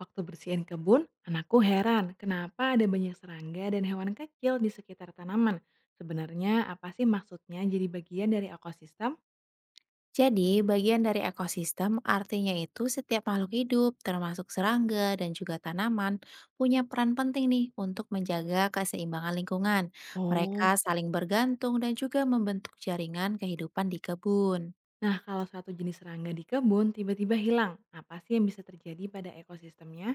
Waktu bersihin kebun, anakku heran kenapa ada banyak serangga dan hewan kecil di sekitar tanaman. Sebenarnya apa sih maksudnya jadi bagian dari ekosistem? Jadi, bagian dari ekosistem artinya itu setiap makhluk hidup, termasuk serangga dan juga tanaman, punya peran penting nih untuk menjaga keseimbangan lingkungan. Mereka Oh. saling bergantung dan juga membentuk jaringan kehidupan di kebun. Nah, kalau satu jenis serangga di kebun tiba-tiba hilang, apa sih yang bisa terjadi pada ekosistemnya?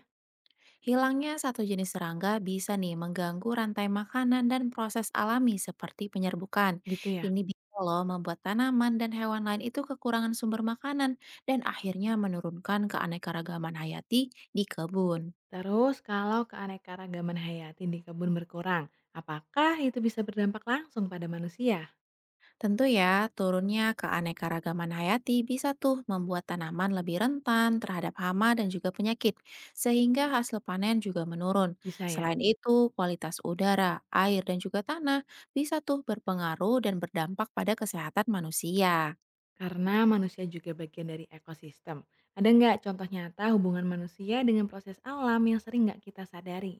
Hilangnya satu jenis serangga bisa nih mengganggu rantai makanan dan proses alami seperti penyerbukan. Gitu ya. Ini bisa loh membuat tanaman dan hewan lain itu kekurangan sumber makanan dan akhirnya menurunkan keanekaragaman hayati di kebun. Terus, kalau keanekaragaman hayati di kebun berkurang, apakah itu bisa berdampak langsung pada manusia? Tentu ya, turunnya keanekaragaman hayati bisa tuh membuat tanaman lebih rentan terhadap hama dan juga penyakit, sehingga hasil panen juga menurun. Bisa ya? Selain itu, kualitas udara, air, dan juga tanah bisa tuh berpengaruh dan berdampak pada kesehatan manusia. Karena manusia juga bagian dari ekosistem. Ada nggak contoh nyata hubungan manusia dengan proses alam yang sering nggak kita sadari?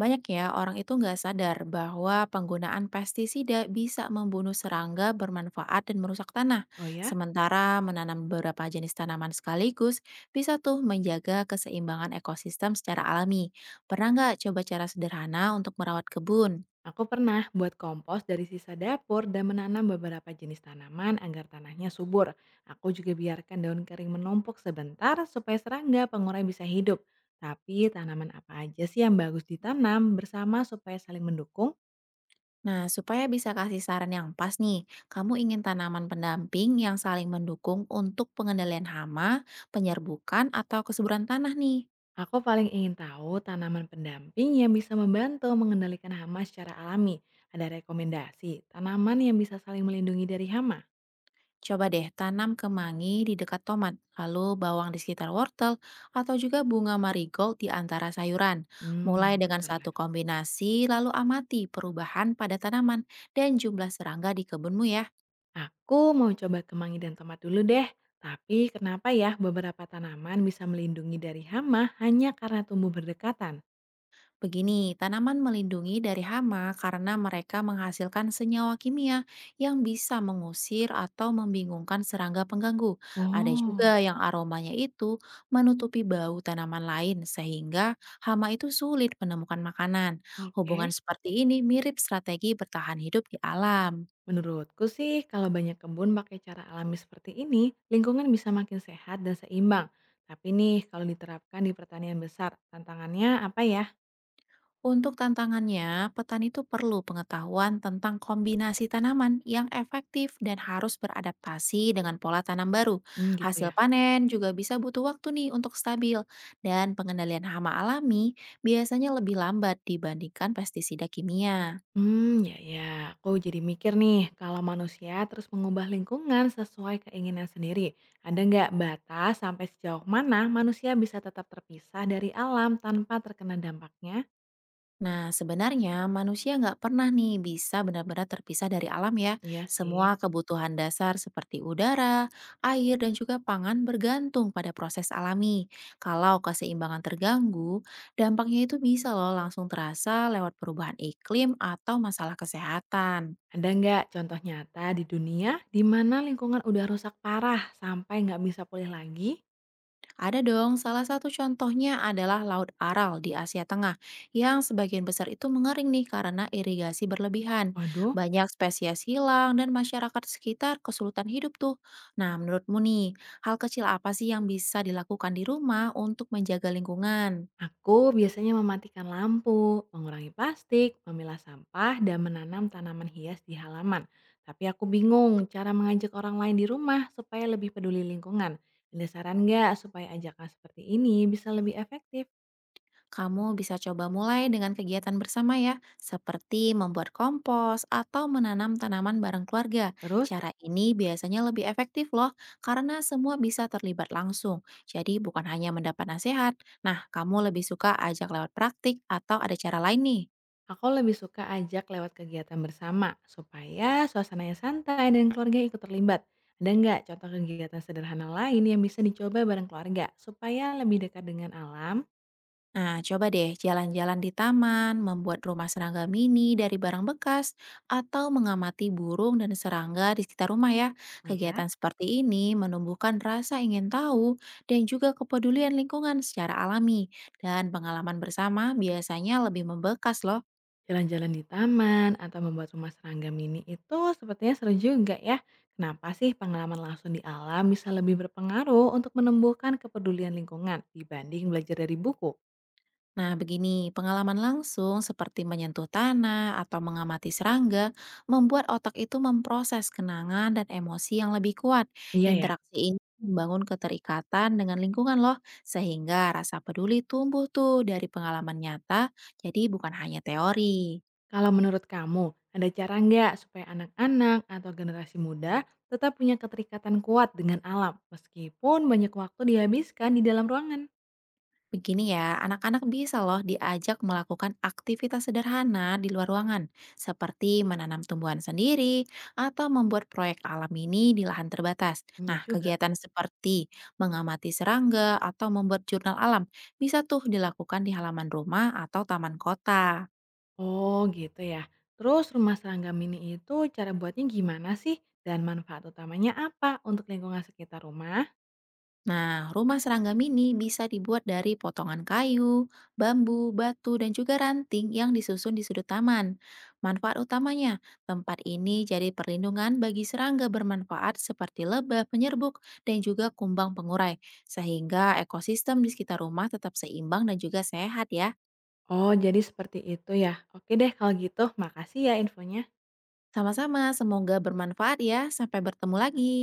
Banyak ya orang itu nggak sadar bahwa penggunaan pestisida bisa membunuh serangga bermanfaat dan merusak tanah. Oh ya, Sementara menanam beberapa jenis tanaman sekaligus bisa tuh menjaga keseimbangan ekosistem secara alami. Pernah nggak coba cara sederhana untuk merawat kebun? aku pernah buat kompos dari sisa dapur dan menanam beberapa jenis tanaman agar tanahnya subur. Aku juga biarkan daun kering menumpuk sebentar supaya serangga pengurai bisa hidup. Tapi tanaman apa aja sih yang bagus ditanam bersama supaya saling mendukung? Nah, supaya bisa kasih saran yang pas nih, kamu ingin tanaman pendamping yang saling mendukung untuk pengendalian hama, penyerbukan, atau kesuburan tanah nih. Aku paling ingin tahu tanaman pendamping yang bisa membantu mengendalikan hama secara alami. Ada rekomendasi tanaman yang bisa saling melindungi dari hama? Coba deh tanam kemangi di dekat tomat, lalu bawang di sekitar wortel, atau juga bunga marigold di antara sayuran. Hmm, Mulai dengan wortel. satu kombinasi, lalu amati perubahan pada tanaman dan jumlah serangga di kebunmu ya. Aku mau coba kemangi dan tomat dulu deh. Tapi kenapa ya beberapa tanaman bisa melindungi dari hama hanya karena tumbuh berdekatan? Begini, tanaman melindungi dari hama karena mereka menghasilkan senyawa kimia yang bisa mengusir atau membingungkan serangga pengganggu. Ada Oh, juga yang aromanya itu menutupi bau tanaman lain sehingga hama itu sulit menemukan makanan. Hubungan oke. seperti ini mirip strategi bertahan hidup di alam. Menurutku sih, kalau banyak kebun pakai cara alami seperti ini, lingkungan bisa makin sehat dan seimbang. Tapi nih, kalau diterapkan di pertanian besar, tantangannya apa ya? Untuk tantangannya, petani itu perlu pengetahuan tentang kombinasi tanaman yang efektif dan harus beradaptasi dengan pola tanam baru. Hmm, gitu Hasil ya. panen juga bisa butuh waktu nih untuk stabil, dan pengendalian hama alami biasanya lebih lambat dibandingkan pestisida kimia. Hmm, ya ya. Aku jadi mikir nih, kalau manusia terus mengubah lingkungan sesuai keinginan sendiri, ada nggak batas sampai sejauh mana manusia bisa tetap terpisah dari alam tanpa terkena dampaknya? Nah, sebenarnya manusia nggak pernah nih bisa benar-benar terpisah dari alam ya. Iya Semua sih. kebutuhan dasar seperti udara, air, dan juga pangan bergantung pada proses alami. Kalau keseimbangan terganggu, dampaknya itu bisa loh langsung terasa lewat perubahan iklim atau masalah kesehatan. Ada nggak contoh nyata di dunia di mana lingkungan udah rusak parah sampai nggak bisa pulih lagi? Ada dong, salah satu contohnya adalah Laut Aral di Asia Tengah, yang sebagian besar itu mengering nih karena irigasi berlebihan. Waduh, Banyak spesies hilang dan masyarakat sekitar kesulitan hidup tuh. Nah, menurutmu nih, hal kecil apa sih yang bisa dilakukan di rumah untuk menjaga lingkungan? aku biasanya mematikan lampu, mengurangi plastik, memilah sampah, dan menanam tanaman hias di halaman. Tapi aku bingung cara mengajak orang lain di rumah supaya lebih peduli lingkungan. Ada saran nggak supaya ajakan seperti ini bisa lebih efektif? Kamu bisa coba mulai dengan kegiatan bersama ya, seperti membuat kompos atau menanam tanaman bareng keluarga. Terus. Cara ini biasanya lebih efektif loh, karena semua bisa terlibat langsung. Jadi bukan hanya mendapat nasihat. Nah, kamu lebih suka ajak lewat praktik atau ada cara lain nih? Aku lebih suka ajak lewat kegiatan bersama, supaya suasananya santai dan keluarga ikut terlibat. Ada nggak contoh kegiatan sederhana lain yang bisa dicoba bareng keluarga, supaya lebih dekat dengan alam? Nah, coba deh jalan-jalan di taman, membuat rumah serangga mini dari barang bekas, atau mengamati burung dan serangga di sekitar rumah ya. Oh ya, Kegiatan seperti ini menumbuhkan rasa ingin tahu dan juga kepedulian lingkungan secara alami. Dan pengalaman bersama biasanya lebih membekas loh. jalan-jalan di taman atau membuat rumah serangga mini itu sepertinya seru juga ya. Kenapa sih pengalaman langsung di alam bisa lebih berpengaruh untuk menumbuhkan kepedulian lingkungan dibanding belajar dari buku? Nah, begini, pengalaman langsung seperti menyentuh tanah atau mengamati serangga membuat otak itu memproses kenangan dan emosi yang lebih kuat. Iya ya. Interaksi ini membangun keterikatan dengan lingkungan loh, sehingga rasa peduli tumbuh tuh dari pengalaman nyata, jadi bukan hanya teori. Kalau menurut kamu, ada cara nggak supaya anak-anak atau generasi muda tetap punya keterikatan kuat dengan alam meskipun banyak waktu dihabiskan di dalam ruangan? Begini ya, anak-anak bisa loh diajak melakukan aktivitas sederhana di luar ruangan, seperti menanam tumbuhan sendiri atau membuat proyek alam ini di lahan terbatas. Iya Nah, juga. kegiatan seperti mengamati serangga atau membuat jurnal alam bisa tuh dilakukan di halaman rumah atau taman kota. Oh gitu ya. Terus rumah serangga mini itu cara buatnya gimana sih? Dan manfaat utamanya apa untuk lingkungan sekitar rumah? Nah, rumah serangga mini bisa dibuat dari potongan kayu, bambu, batu, dan juga ranting yang disusun di sudut taman. Manfaat utamanya, tempat ini jadi perlindungan bagi serangga bermanfaat seperti lebah, penyerbuk, dan juga kumbang pengurai, sehingga ekosistem di sekitar rumah tetap seimbang dan juga sehat ya. Oh jadi seperti itu ya. Oke deh kalau gitu makasih ya infonya. Sama-sama, semoga bermanfaat ya. Sampai bertemu lagi.